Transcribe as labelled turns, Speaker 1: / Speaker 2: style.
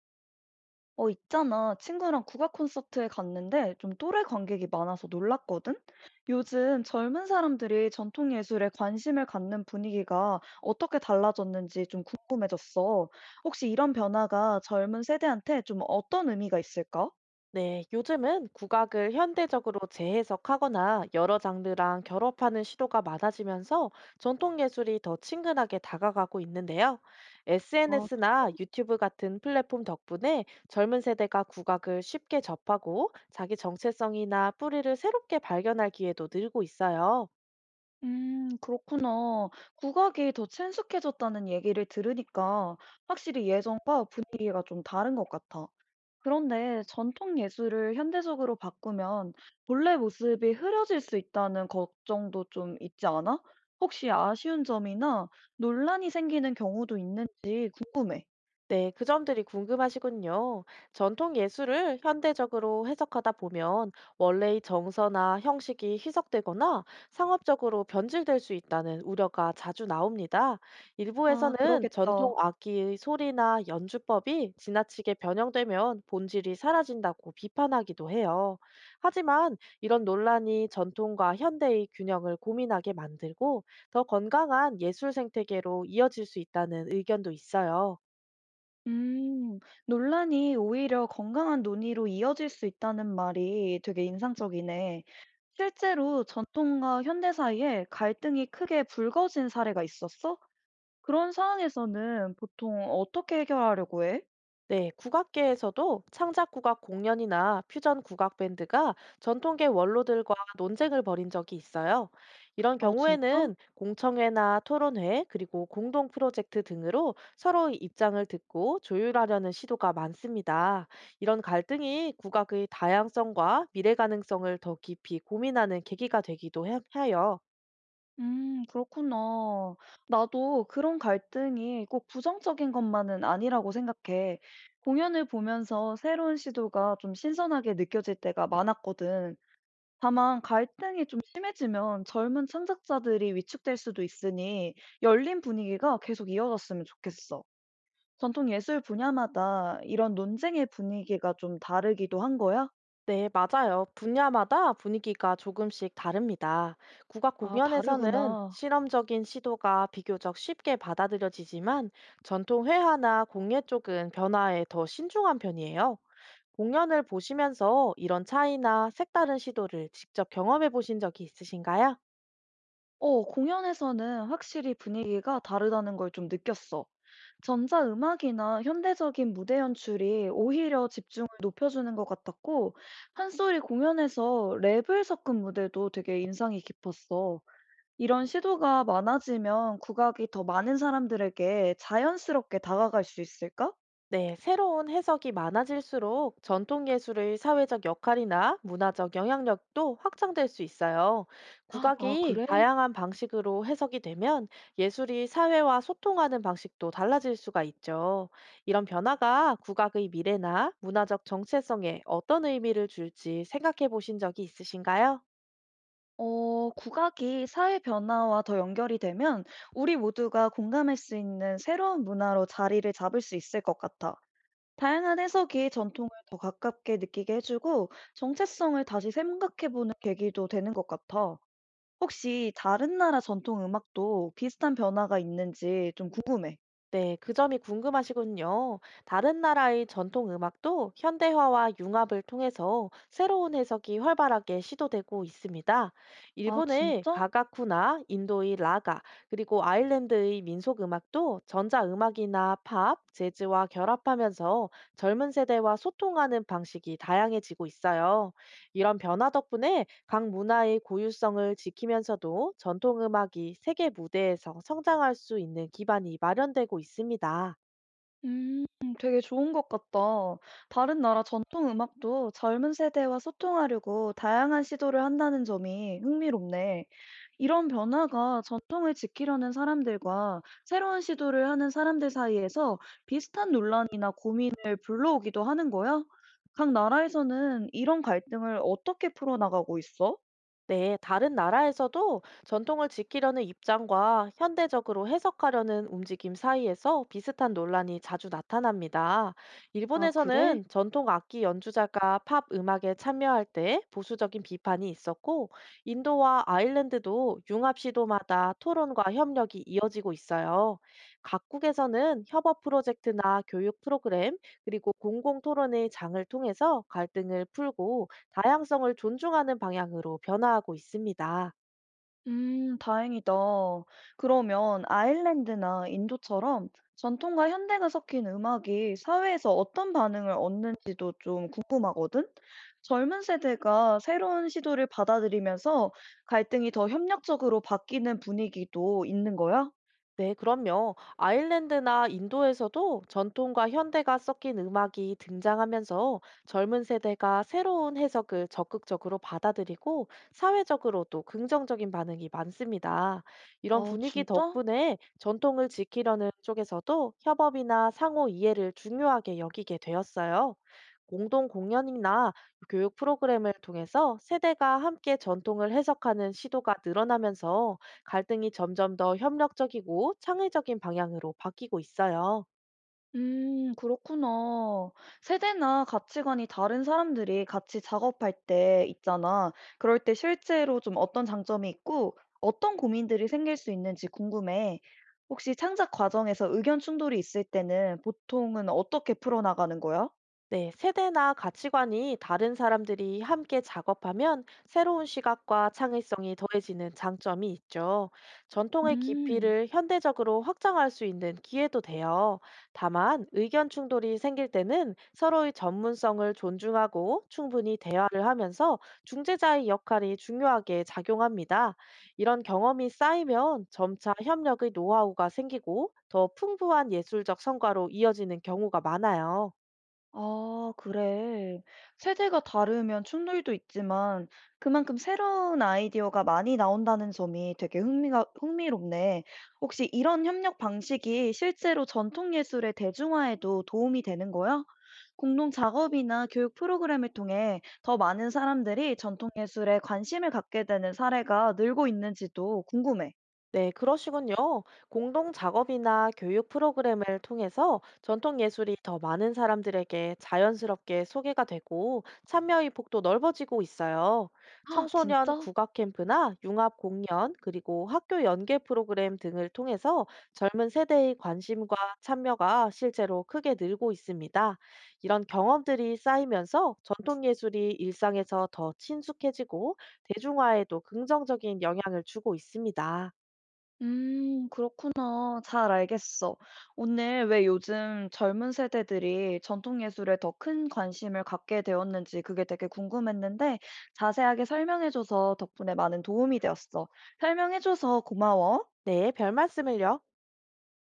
Speaker 1: 있잖아. 친구랑 국악 콘서트에 갔는데 좀 또래 관객이 많아서 놀랐거든? 요즘 젊은 사람들이 전통 예술에 관심을 갖는 분위기가 어떻게 달라졌는지 좀 궁금해졌어. 혹시 이런 변화가 젊은 세대한테 좀 어떤 의미가 있을까?
Speaker 2: 네, 요즘은 국악을 현대적으로 재해석하거나 여러 장르랑 결합하는 시도가 많아지면서 전통 예술이 더 친근하게 다가가고 있는데요.
Speaker 1: 아,
Speaker 2: SNS나 유튜브 같은 플랫폼 덕분에 젊은 세대가 국악을 쉽게 접하고 자기 정체성이나 뿌리를 새롭게 발견할 기회도 늘고 있어요.
Speaker 1: 그렇구나. 국악이 더 친숙해졌다는 얘기를 들으니까 확실히 예전과 분위기가 좀 다른 것 같아. 그런데 전통 예술을 현대적으로 바꾸면 본래 모습이 흐려질 수 있다는 걱정도 좀 있지 않아? 혹시 아쉬운 점이나 논란이 생기는 경우도 있는지 궁금해.
Speaker 2: 네, 그 점들이 궁금하시군요. 전통 예술을 현대적으로 해석하다 보면 원래의 정서나 형식이 희석되거나 상업적으로 변질될 수 있다는 우려가 자주 나옵니다.
Speaker 1: 아,
Speaker 2: 일부에서는 전통
Speaker 1: 그러겠다.
Speaker 2: 악기의 소리나 연주법이 지나치게 변형되면 본질이 사라진다고 비판하기도 해요. 하지만 이런 논란이 전통과 현대의 균형을 고민하게 만들고 더 건강한 예술 생태계로 이어질 수 있다는 의견도 있어요.
Speaker 1: 음, 논란이 오히려 건강한 논의로 이어질 수 있다는 말이 되게 인상적이네. 실제로 전통과 현대 사이에 갈등이 크게 불거진 사례가 있었어? 그런 상황에서는 보통 어떻게 해결하려고 해?
Speaker 2: 네, 국악계에서도 창작 국악 공연이나 퓨전 국악 밴드가 전통계 원로들과 논쟁을 벌인 적이 있어요. 이런
Speaker 1: 아, 진짜?
Speaker 2: 경우에는 공청회나 토론회, 그리고 공동 프로젝트 등으로 서로의 입장을 듣고 조율하려는 시도가 많습니다. 이런 갈등이 국악의 다양성과 미래 가능성을 더 깊이 고민하는 계기가 되기도 해요.
Speaker 1: 그렇구나. 나도 그런 갈등이 꼭 부정적인 것만은 아니라고 생각해. 공연을 보면서 새로운 시도가 좀 신선하게 느껴질 때가 많았거든. 다만 갈등이 좀 심해지면 젊은 창작자들이 위축될 수도 있으니 열린 분위기가 계속 이어졌으면 좋겠어. 전통 예술 분야마다 이런 논쟁의 분위기가 좀 다르기도 한 거야?
Speaker 2: 네, 맞아요. 분야마다 분위기가 조금씩 다릅니다. 국악
Speaker 1: 아,
Speaker 2: 공연에서는
Speaker 1: 다르구나.
Speaker 2: 실험적인 시도가 비교적 쉽게 받아들여지지만 전통 회화나 공예 쪽은 변화에 더 신중한 편이에요. 공연을 보시면서 이런 차이나 색다른 시도를 직접 경험해 보신 적이 있으신가요?
Speaker 1: 공연에서는 확실히 분위기가 다르다는 걸 좀 느꼈어. 전자음악이나 현대적인 무대 연출이 오히려 집중을 높여주는 것 같았고, 판소리 공연에서 랩을 섞은 무대도 되게 인상이 깊었어. 이런 시도가 많아지면 국악이 더 많은 사람들에게 자연스럽게 다가갈 수 있을까?
Speaker 2: 네, 새로운 해석이 많아질수록 전통 예술의 사회적 역할이나 문화적 영향력도 확장될 수 있어요.
Speaker 1: 아,
Speaker 2: 국악이
Speaker 1: 그래?
Speaker 2: 다양한 방식으로 해석이 되면 예술이 사회와 소통하는 방식도 달라질 수가 있죠. 이런 변화가 국악의 미래나 문화적 정체성에 어떤 의미를 줄지 생각해 보신 적이 있으신가요?
Speaker 1: 국악이 사회 변화와 더 연결이 되면 우리 모두가 공감할 수 있는 새로운 문화로 자리를 잡을 수 있을 것 같아. 다양한 해석이 전통을 더 가깝게 느끼게 해주고 정체성을 다시 생각해보는 계기도 되는 것 같아. 혹시 다른 나라 전통 음악도 비슷한 변화가 있는지 좀 궁금해.
Speaker 2: 네, 그 점이 궁금하시군요. 다른 나라의 전통 음악도 현대화와 융합을 통해서 새로운 해석이 활발하게 시도되고 있습니다.
Speaker 1: 아,
Speaker 2: 일본의
Speaker 1: 진짜?
Speaker 2: 가가쿠나 인도의 라가, 그리고 아일랜드의 민속 음악도 전자 음악이나 팝, 재즈와 결합하면서 젊은 세대와 소통하는 방식이 다양해지고 있어요. 이런 변화 덕분에 각 문화의 고유성을 지키면서도 전통 음악이 세계 무대에서 성장할 수 있는 기반이 마련되고 있습니다.
Speaker 1: 음, 되게 좋은 것 같다. 다른 나라 전통 음악도 젊은 세대와 소통하려고 다양한 시도를 한다는 점이 흥미롭네. 이런 변화가 전통을 지키려는 사람들과 새로운 시도를 하는 사람들 사이에서 비슷한 논란이나 고민을 불러오기도 하는 거야? 각 나라에서는 이런 갈등을 어떻게 풀어나가고 있어?
Speaker 2: 네, 다른 나라에서도 전통을 지키려는 입장과 현대적으로 해석하려는 움직임 사이에서 비슷한 논란이 자주 나타납니다.
Speaker 1: 아, 그래?
Speaker 2: 일본에서는 전통 악기 연주자가 팝 음악에 참여할 때 보수적인 비판이 있었고, 인도와 아일랜드도 융합 시도마다 토론과 협력이 이어지고 있어요. 각국에서는 협업 프로젝트나 교육 프로그램, 그리고 공공 토론의 장을 통해서 갈등을 풀고 다양성을 존중하는 방향으로 변화하고 있습니다.
Speaker 1: 다행이다. 그러면 아일랜드나 인도처럼 전통과 현대가 섞인 음악이 사회에서 어떤 반응을 얻는지도 좀 궁금하거든? 젊은 세대가 새로운 시도를 받아들이면서 갈등이 더 협력적으로 바뀌는 분위기도 있는 거야?
Speaker 2: 네, 그럼요. 아일랜드나 인도에서도 전통과 현대가 섞인 음악이 등장하면서 젊은 세대가 새로운 해석을 적극적으로 받아들이고 사회적으로도 긍정적인 반응이 많습니다. 이런
Speaker 1: 아,
Speaker 2: 분위기
Speaker 1: 진짜?
Speaker 2: 덕분에 전통을 지키려는 쪽에서도 협업이나 상호 이해를 중요하게 여기게 되었어요. 공동 공연이나 교육 프로그램을 통해서 세대가 함께 전통을 해석하는 시도가 늘어나면서 갈등이 점점 더 협력적이고 창의적인 방향으로 바뀌고 있어요.
Speaker 1: 그렇구나. 세대나 가치관이 다른 사람들이 같이 작업할 때 있잖아. 그럴 때 실제로 좀 어떤 장점이 있고 어떤 고민들이 생길 수 있는지 궁금해. 혹시 창작 과정에서 의견 충돌이 있을 때는 보통은 어떻게 풀어나가는 거야?
Speaker 2: 네, 세대나 가치관이 다른 사람들이 함께 작업하면 새로운 시각과 창의성이 더해지는 장점이 있죠. 전통의
Speaker 1: 음.
Speaker 2: 깊이를 현대적으로 확장할 수 있는 기회도 돼요. 다만, 의견 충돌이 생길 때는 서로의 전문성을 존중하고 충분히 대화를 하면서 중재자의 역할이 중요하게 작용합니다. 이런 경험이 쌓이면 점차 협력의 노하우가 생기고 더 풍부한 예술적 성과로 이어지는 경우가 많아요.
Speaker 1: 아 그래. 세대가 다르면 충돌도 있지만 그만큼 새로운 아이디어가 많이 나온다는 점이 되게 흥미가 흥미롭네. 혹시 이런 협력 방식이 실제로 전통 예술의 대중화에도 도움이 되는 거야? 공동 작업이나 교육 프로그램을 통해 더 많은 사람들이 전통 예술에 관심을 갖게 되는 사례가 늘고 있는지도 궁금해.
Speaker 2: 네, 그러시군요. 공동 작업이나 교육 프로그램을 통해서 전통 예술이 더 많은 사람들에게 자연스럽게 소개가 되고 참여의 폭도 넓어지고 있어요.
Speaker 1: 아,
Speaker 2: 청소년
Speaker 1: 진짜?
Speaker 2: 국악 캠프나 융합 공연, 그리고 학교 연계 프로그램 등을 통해서 젊은 세대의 관심과 참여가 실제로 크게 늘고 있습니다. 이런 경험들이 쌓이면서 전통 예술이 일상에서 더 친숙해지고 대중화에도 긍정적인 영향을 주고 있습니다.
Speaker 1: 그렇구나. 잘 알겠어. 오늘 왜 요즘 젊은 세대들이 전통 예술에 더 큰 관심을 갖게 되었는지 그게 되게 궁금했는데 자세하게 설명해줘서 덕분에 많은 도움이 되었어. 설명해줘서 고마워.
Speaker 2: 네, 별 말씀을요.